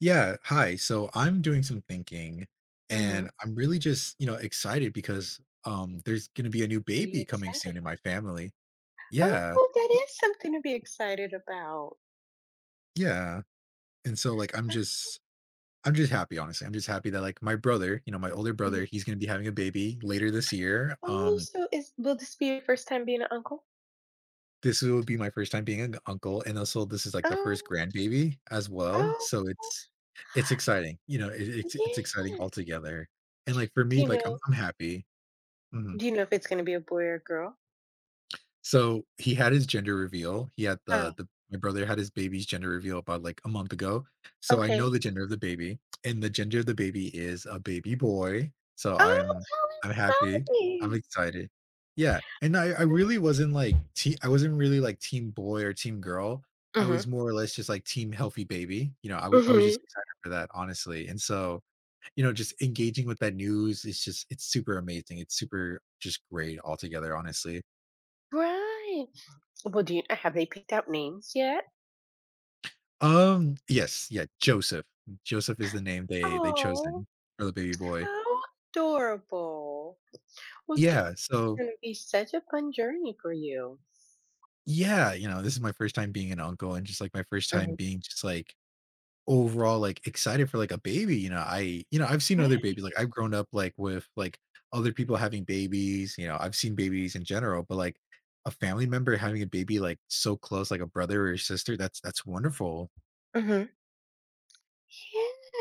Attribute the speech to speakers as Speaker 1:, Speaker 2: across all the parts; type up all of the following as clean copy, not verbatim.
Speaker 1: Yeah. Hi. So I'm doing some thinking
Speaker 2: Mhm.
Speaker 1: and I'm really just, excited because there's going to be a new
Speaker 2: What are you
Speaker 1: baby coming
Speaker 2: excited
Speaker 1: soon in my family.
Speaker 2: about?
Speaker 1: Yeah.
Speaker 2: Oh, that is something to be excited about.
Speaker 1: Yeah. And so like I'm just happy honestly. I'm just happy that like my brother, my older
Speaker 2: Mhm.
Speaker 1: brother, he's going to be having a baby later this year.
Speaker 2: Oh, so is will this be your first time being an uncle?
Speaker 1: This will be my first time being an uncle and also this is like the first
Speaker 2: Oh,
Speaker 1: grandbaby as well.
Speaker 2: oh,
Speaker 1: So it's exciting. You know, it's exciting
Speaker 2: yeah.
Speaker 1: altogether. And like for
Speaker 2: Do
Speaker 1: me
Speaker 2: you
Speaker 1: like I'm
Speaker 2: know
Speaker 1: I'm happy. Mm-hmm.
Speaker 2: do you know if it's gonna be a boy or a girl?
Speaker 1: So, he had his gender reveal. He had
Speaker 2: Oh,
Speaker 1: the my brother had his baby's gender reveal about, like, a month ago. So, I know
Speaker 2: okay.
Speaker 1: the gender of the baby, and the gender of the baby is a baby boy. So,
Speaker 2: Oh,
Speaker 1: I'm
Speaker 2: how
Speaker 1: I'm happy. I'm
Speaker 2: exciting!
Speaker 1: excited. Yeah, and I really wasn't, like, te I wasn't really, like, team boy or team girl. I
Speaker 2: Mhm.
Speaker 1: was more or less just, like, team healthy baby. You know, I was
Speaker 2: Mhm.
Speaker 1: just excited for that, honestly. And so, just engaging with that news is just it's super amazing. It's super just great altogether, honestly.
Speaker 2: Right. Well, do you have they picked out names yet?
Speaker 1: Yes, yeah, Joseph. Joseph is the name they
Speaker 2: Oh,
Speaker 1: chosen for the baby boy.
Speaker 2: how adorable. Well, this
Speaker 1: Yeah,
Speaker 2: is
Speaker 1: so
Speaker 2: gonna be such a fun journey for you.
Speaker 1: yeah, you know, this is my first time being an uncle and just, like, my first time
Speaker 2: Mhm.
Speaker 1: being just, like, overall, like, excited for, like, a baby, you know, I've seen other
Speaker 2: Right.
Speaker 1: babies, like, I've grown up, like, with, like, other people having babies, you know, I've seen babies in general, but, like, a family member having a baby, like, so close, like a brother or sister, that's wonderful.
Speaker 2: Hmm.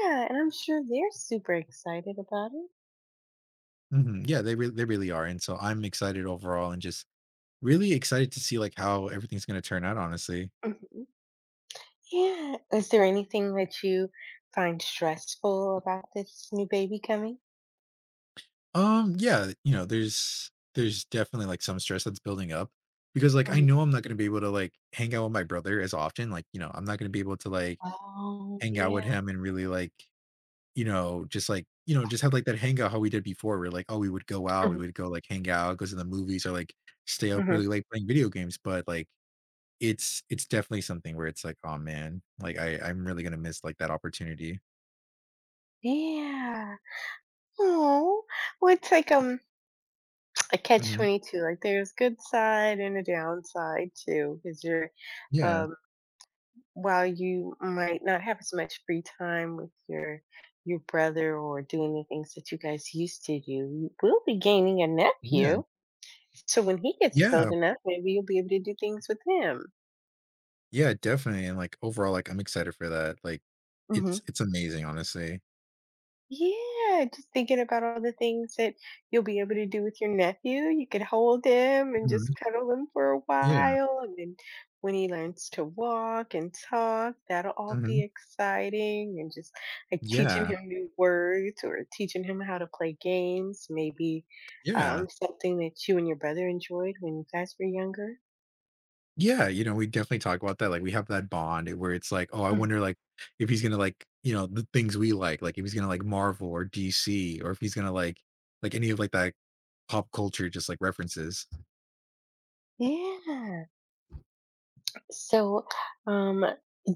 Speaker 2: Yeah, and I'm sure they're super excited about it.
Speaker 1: Mhm, yeah, they really are, and so I'm excited overall and just really excited to see like how everything's going to turn out honestly.
Speaker 2: Hmm. Yeah. Is there anything that you find stressful about this new baby coming?
Speaker 1: Yeah, you know, there's definitely like some stress that's building up because like I
Speaker 2: Hmm.
Speaker 1: know I'm not going to be able to like hang out with my brother as often like you know I'm not going to be able to like
Speaker 2: Oh,
Speaker 1: hang out
Speaker 2: yeah.
Speaker 1: with him and really like you know just like you know just have like that hangout how we did before where like oh we would go out we
Speaker 2: Hmm.
Speaker 1: would go like hang out go to the movies or like stay up really
Speaker 2: Hmm.
Speaker 1: late playing video games but like it's definitely something where it's like oh man like I'm really going to miss like that opportunity.
Speaker 2: Yeah. Oh, well, it's like a catch
Speaker 1: Mhm.
Speaker 2: 22. Like there's good side and a downside too, because you're
Speaker 1: Yeah,
Speaker 2: um while you might not have as much free time with your brother or doing the things that you guys used to do, you will be gaining a
Speaker 1: yeah.
Speaker 2: nephew. So when he gets old
Speaker 1: Yeah.
Speaker 2: enough, maybe you'll be able to do things with him.
Speaker 1: Yeah, definitely, and, like, overall, like, I'm excited for that, like, it's amazing, honestly.
Speaker 2: Yeah, just thinking about all the things that you'll be able to do with your nephew. You could hold him and just
Speaker 1: Mhm.
Speaker 2: cuddle him for a
Speaker 1: Yeah.
Speaker 2: while. And then when he learns to walk and talk, that'll all be
Speaker 1: Mhm.
Speaker 2: exciting. And just like teaching
Speaker 1: Yeah.
Speaker 2: him new words or teaching him how to play games, maybe
Speaker 1: Yeah.
Speaker 2: something that you and your brother enjoyed when you guys were younger.
Speaker 1: Yeah, you know, we definitely talk about that, like, we have that bond where it's like, "Oh, I
Speaker 2: Mm.
Speaker 1: wonder, like, if he's gonna like, you know, the things we like, if he's gonna like Marvel or DC or if he's gonna like any of, like, that pop culture just, like, references."
Speaker 2: Yeah. So, um,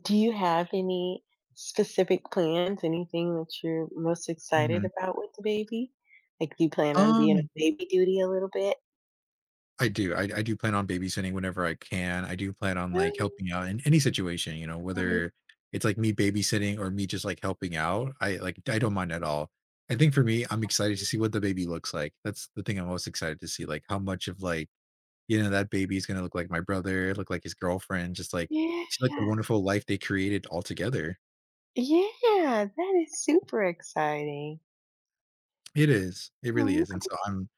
Speaker 2: do you have any specific plans? Anything that you're most excited
Speaker 1: Mhm.
Speaker 2: about with the baby? Like, do you plan on being a
Speaker 1: Um
Speaker 2: baby duty a little bit?
Speaker 1: I do. I do plan on babysitting whenever I can. I do plan on, like,
Speaker 2: Oh,
Speaker 1: helping out in any situation, you know,
Speaker 2: mhm,
Speaker 1: whether it's, like, me babysitting or me just, like, helping out. I, like I don't mind at all. I think for me, I'm excited to see what the baby looks like. That's the thing I'm most excited to see, like, how much of, like, you know, that baby is gonna look like my brother, look like his girlfriend, just, like
Speaker 2: yeah.
Speaker 1: see, like, the wonderful life they created all together.
Speaker 2: Yeah, that is super exciting.
Speaker 1: It is. It really
Speaker 2: Oh,
Speaker 1: is, and so I'm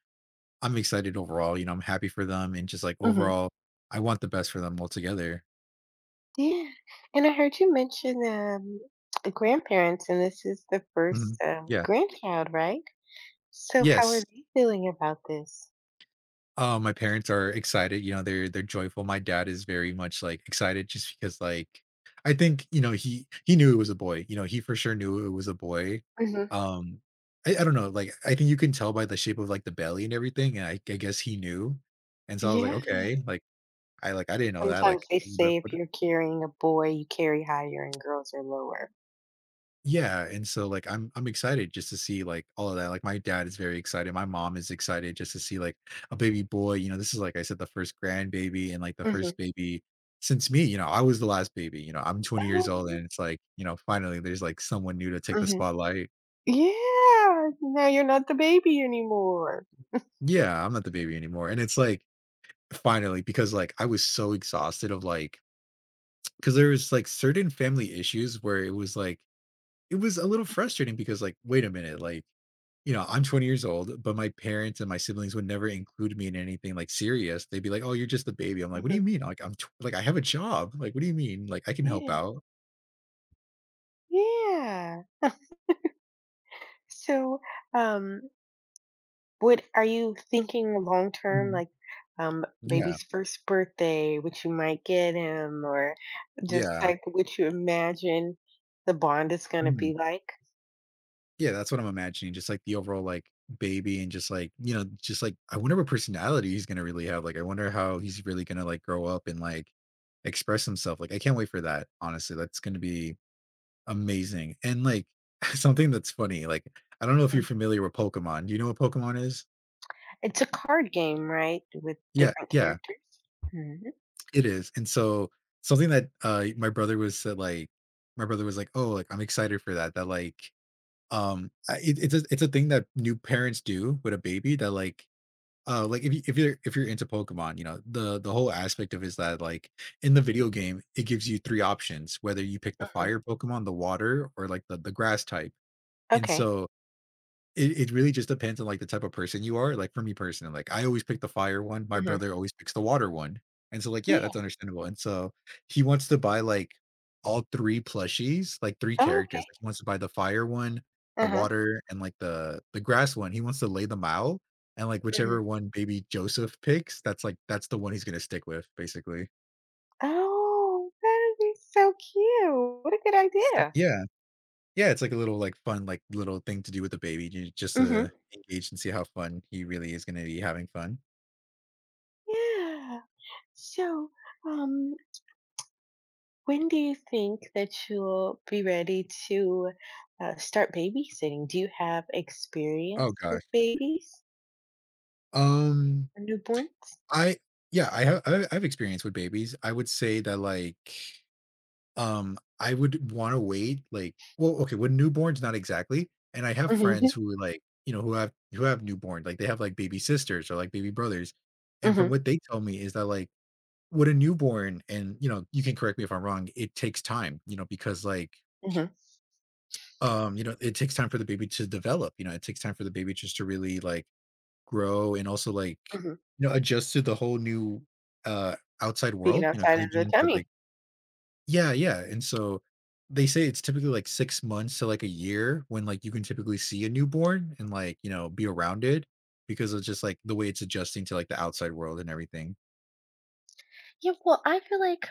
Speaker 1: I'm excited overall, you know, I'm happy for them and just, like,
Speaker 2: hmm,
Speaker 1: overall, I want the best for them altogether.
Speaker 2: yeah. And I heard you mention the grandparents, and this is the first
Speaker 1: Mhm. Yeah.
Speaker 2: grandchild, right? So, how are
Speaker 1: Yes.
Speaker 2: they feeling about this?
Speaker 1: My parents are excited, you know, they're joyful. My dad is very much, like, excited just because, like I think, you know, he knew it was a boy, you know, he for sure knew it was a boy.
Speaker 2: Hmm.
Speaker 1: Um, I don't know, like, I think you can tell by the shape of, like, the belly and everything, and I guess he knew. And so I was like,
Speaker 2: Yeah.
Speaker 1: "Okay," like, I didn't know that,
Speaker 2: Sometimes
Speaker 1: like,
Speaker 2: they
Speaker 1: what.
Speaker 2: say if you're carrying a boy, you carry higher and girls are lower.
Speaker 1: Yeah, and so, like, I'm excited just to see, like, all of that, like, my dad is very excited, my mom is excited just to see, like, a baby boy, you know, this is, like I said, the first grandbaby and, like, the
Speaker 2: Mhm.
Speaker 1: first baby since me, you know, I was the last baby, you know, I'm 20 years
Speaker 2: Oh,
Speaker 1: old
Speaker 2: really?
Speaker 1: and it's like, you know, finally there's, like, someone new to take the
Speaker 2: Mhm.
Speaker 1: spotlight.
Speaker 2: Yeah, now you're not the baby anymore.
Speaker 1: Yeah, I'm not the baby anymore, and it's like, finally, because, like, I was so exhausted of, like because there was, like, certain family issues where it was, like it was a little frustrating because, like, wait a minute, like, you know, I'm 20 years old, but my parents and my siblings would never include me in anything, like, serious. They'd be like, "Oh, you're just a baby." I'm like, "What do
Speaker 2: Mhm.
Speaker 1: you mean?" Like, "I have a job." Like, "What do you mean?" Like, "I can help
Speaker 2: Yeah,
Speaker 1: out."
Speaker 2: yeah. So, um, what are you thinking long term,
Speaker 1: Mhm.
Speaker 2: like,
Speaker 1: Yeah.
Speaker 2: baby's first birthday, what you might get him, or just,
Speaker 1: Yeah.
Speaker 2: like, what you imagine the bond is gonna
Speaker 1: Mm.
Speaker 2: be like?
Speaker 1: Yeah, that's what I'm imagining, just, like, the overall, like, baby and just, like, you know, just, like, I wonder what personality he's gonna really have. Like, I wonder how he's really gonna, like, grow up and, like, express himself. Like, I can't wait for that, honestly. That's gonna be amazing, and, like, something that's funny, like, I don't know if you're
Speaker 2: Mm.
Speaker 1: familiar with Pokemon. Do you know what Pokemon is?
Speaker 2: It's a card game, right, with
Speaker 1: Yeah,
Speaker 2: different
Speaker 1: yeah,
Speaker 2: characters? Mhm.
Speaker 1: it is, and so, something that, my brother was said, like my brother was like, "Oh, like, I'm excited for that," that, like, I it's a thing that new parents do with a baby that, like, if you're into Pokemon, you know, the whole aspect of is that, like, in the video game, it gives you 3 options, whether you pick the
Speaker 2: Mhm.
Speaker 1: fire Pokemon, the water, or, like, the grass type, and
Speaker 2: Okay.
Speaker 1: so it really just depends on, like, the type of person you are, like, for me personally, like, I always pick the fire one, my
Speaker 2: Mhm.
Speaker 1: brother always picks the water one, and so, like, yeah, that's
Speaker 2: Yeah.
Speaker 1: understandable, and so, he wants to buy, like, all 3 plushies, like, 3
Speaker 2: Oh,
Speaker 1: characters,
Speaker 2: okay.
Speaker 1: like, he wants to buy the fire one, the
Speaker 2: Uh-huh.
Speaker 1: water, and, like, the grass one, he wants to lay them out, and, like,
Speaker 2: Mhm.
Speaker 1: whichever one baby Joseph picks, that's the one he's gonna stick with, basically.
Speaker 2: Oh, that'd be so cute. What a good idea.
Speaker 1: Yeah. Yeah, it's like a little, like, fun, like, little thing to do with the baby, ju just
Speaker 2: Mhm.
Speaker 1: to engage and see how fun he really is gonna be having fun.
Speaker 2: Yeah. So, um, when do you think that you'll be ready to start babysitting? Do you have
Speaker 1: Oh
Speaker 2: experience with
Speaker 1: god.
Speaker 2: babies
Speaker 1: Um,
Speaker 2: or newborns?
Speaker 1: I Yeah, I've experience with babies. I would say that, like, I would wanna wait, like well, okay, with newborns, not exactly, and I have friends
Speaker 2: Mhm.
Speaker 1: who are, like, you know, who have newborn, like, they have, like, baby sisters or, like, baby brothers, and from
Speaker 2: Mhm.
Speaker 1: what they tell me is that, like, with a newborn and, you know, you can correct me if I'm wrong, it takes time, you know, because, like,
Speaker 2: Mhm.
Speaker 1: you know, it takes time for the baby to develop, you know, it takes time for the baby just to really, like grow and also, like,
Speaker 2: Mhm.
Speaker 1: you know, adjust to the whole new, uh, outside
Speaker 2: Being
Speaker 1: world, you know, because
Speaker 2: outside
Speaker 1: 'cause they've
Speaker 2: of
Speaker 1: been
Speaker 2: the
Speaker 1: in for like.
Speaker 2: tummy.
Speaker 1: Yeah, yeah, and so they say it's typically, like, 6 months to, like, a year when, like, you can typically see a newborn and, like, you know, be around it because it's just, like, the way it's adjusting to, like, the outside world and everything.
Speaker 2: Yeah, well, I feel like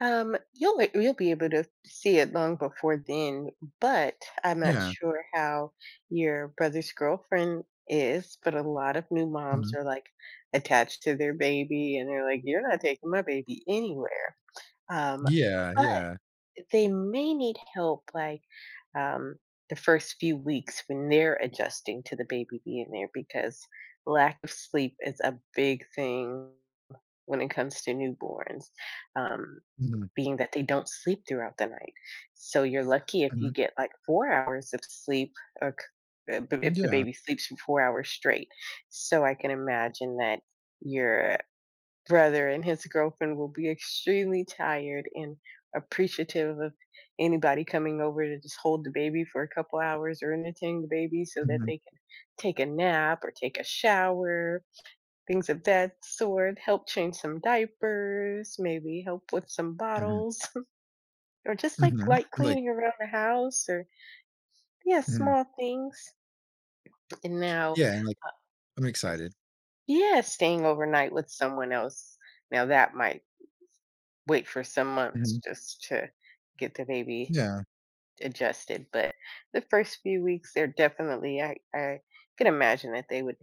Speaker 2: um, you'll be able to see it long before then, but I'm not
Speaker 1: Yeah.
Speaker 2: sure how your brother's girlfriend is, but a lot of new moms
Speaker 1: Mhm.
Speaker 2: are like attached to their baby and they're like, "You're not taking my baby anywhere." Um,
Speaker 1: Yeah,
Speaker 2: but
Speaker 1: yeah.
Speaker 2: they may need help like um the first few weeks when they're adjusting to the baby being there because lack of sleep is a big thing when it comes to newborns. Um,
Speaker 1: Mhm,
Speaker 2: being that they don't sleep throughout the night. So you're lucky if you
Speaker 1: mhm.
Speaker 2: get like 4 hours of sleep if the
Speaker 1: Yeah.
Speaker 2: baby sleeps for 4 hours straight. So I can imagine that your brother and his girlfriend will be extremely tired and appreciative of anybody coming over to just hold the baby for a couple hours or entertain the baby so that
Speaker 1: Mhm,
Speaker 2: they can take a nap or take a shower, things of that sort, help change some diapers, maybe help with some
Speaker 1: mhm,
Speaker 2: bottles. Or just
Speaker 1: mhm.
Speaker 2: like
Speaker 1: And,
Speaker 2: light
Speaker 1: like.
Speaker 2: cleaning around the house or yeah,
Speaker 1: Mhm.
Speaker 2: small things. And now
Speaker 1: Yeah, and, like, I'm
Speaker 2: uh,
Speaker 1: excited.
Speaker 2: yeah, staying overnight with someone else. Now that might wait for some months
Speaker 1: Mhm.
Speaker 2: just to get the baby
Speaker 1: Yeah.
Speaker 2: adjusted, but the first few weeks, they're definitely I can imagine that they would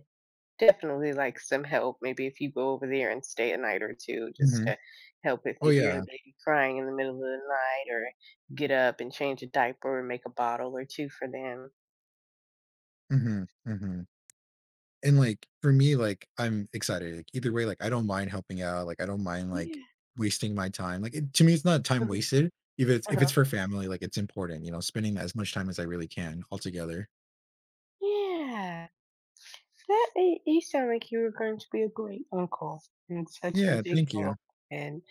Speaker 2: definitely like some help. Maybe if you go over there and stay a night or 2 just
Speaker 1: Mhm.
Speaker 2: to help if
Speaker 1: Oh,
Speaker 2: you hear the
Speaker 1: yeah.
Speaker 2: baby crying in the middle of the night or get up and change a diaper or make a bottle or 2 for them.
Speaker 1: Mhm, mhm. And like for me like I'm excited like either way like I don't mind helping out like I don't mind like
Speaker 2: Yeah.
Speaker 1: wasting my time like to me it's not time
Speaker 2: Okay.
Speaker 1: wasted if it's if
Speaker 2: Uh-huh.
Speaker 1: it's for family like it's important you know spending as much time as I really can altogether.
Speaker 2: Yeah. So that it you sound like you were going to be a great uncle and such a
Speaker 1: Yeah,
Speaker 2: big
Speaker 1: thank you.
Speaker 2: help. And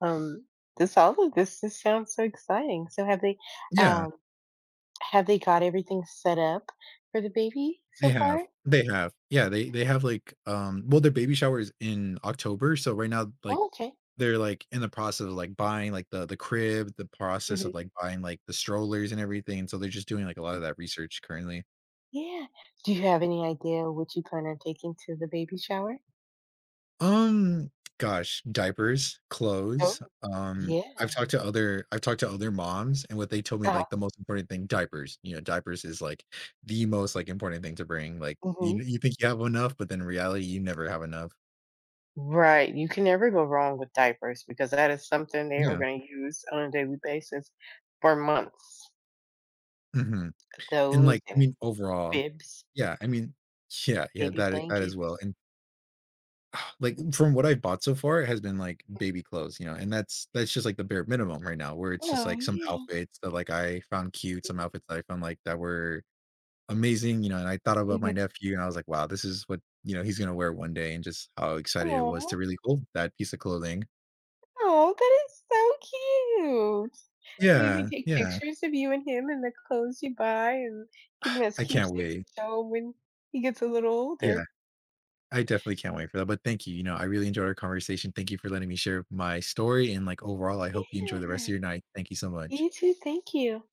Speaker 2: um, this all of this just sounds so exciting. So
Speaker 1: Yeah
Speaker 2: um have they got everything set up for the baby
Speaker 1: they
Speaker 2: so
Speaker 1: have
Speaker 2: far?
Speaker 1: they have yeah they they have like well their baby shower is in October so right now like
Speaker 2: Oh, okay.
Speaker 1: they're like in the process of like buying like the crib, the process
Speaker 2: Mhm,
Speaker 1: of like buying like the strollers and everything and so they're just doing like a lot
Speaker 2: mm.
Speaker 1: of that research currently.
Speaker 2: Yeah. Do you have any idea what you plan on taking to the baby shower?
Speaker 1: Um, Gosh, diapers, clothes,
Speaker 2: Oh. Yeah.
Speaker 1: I've talked to other moms, and what they told me,
Speaker 2: Uh-huh.
Speaker 1: like, the most important thing diapers, you know, diapers is, like, the most, like, important thing to bring, like, you
Speaker 2: Mhm.
Speaker 1: you think you have enough, but then in reality, you never have enough.
Speaker 2: Right, you can never go wrong with diapers because that is something they are
Speaker 1: Yeah,
Speaker 2: gonna use on a daily basis for months.
Speaker 1: mhm, and,
Speaker 2: Those
Speaker 1: like,
Speaker 2: and
Speaker 1: I mean, overall
Speaker 2: bibs,
Speaker 1: yeah, I mean yeah, yeah,
Speaker 2: baby
Speaker 1: that is that as
Speaker 2: blankets.
Speaker 1: well, and, like, from what I've bought so far, it has been, like, baby clothes, you know, and that's just, like, the bare minimum right now, where it's just,
Speaker 2: Oh,
Speaker 1: like, some
Speaker 2: yeah.
Speaker 1: outfits that, like, I found cute, some
Speaker 2: Mhm,
Speaker 1: outfits that I found, like, that were amazing, you know, and I thought about my
Speaker 2: mhm.
Speaker 1: nephew and I was like, "Wow, this is what, you know, he's gonna wear one day," and just how excited it was
Speaker 2: Aw,
Speaker 1: to really hold that piece of clothing.
Speaker 2: aw, that is so cute. You can
Speaker 1: Yeah,
Speaker 2: take
Speaker 1: yeah.
Speaker 2: pictures of you and him and the clothes you buy and give him as
Speaker 1: I can't
Speaker 2: keepsakes to
Speaker 1: wait.
Speaker 2: show when he gets a little older.
Speaker 1: Yeah, I definitely can't wait for that, but thank you, you know, I really enjoyed our conversation. Thank you for letting me share my story, and, like, overall, I hope you enjoy the rest
Speaker 2: Yeah,
Speaker 1: of your night. Thank you so much.
Speaker 2: you too, thank you.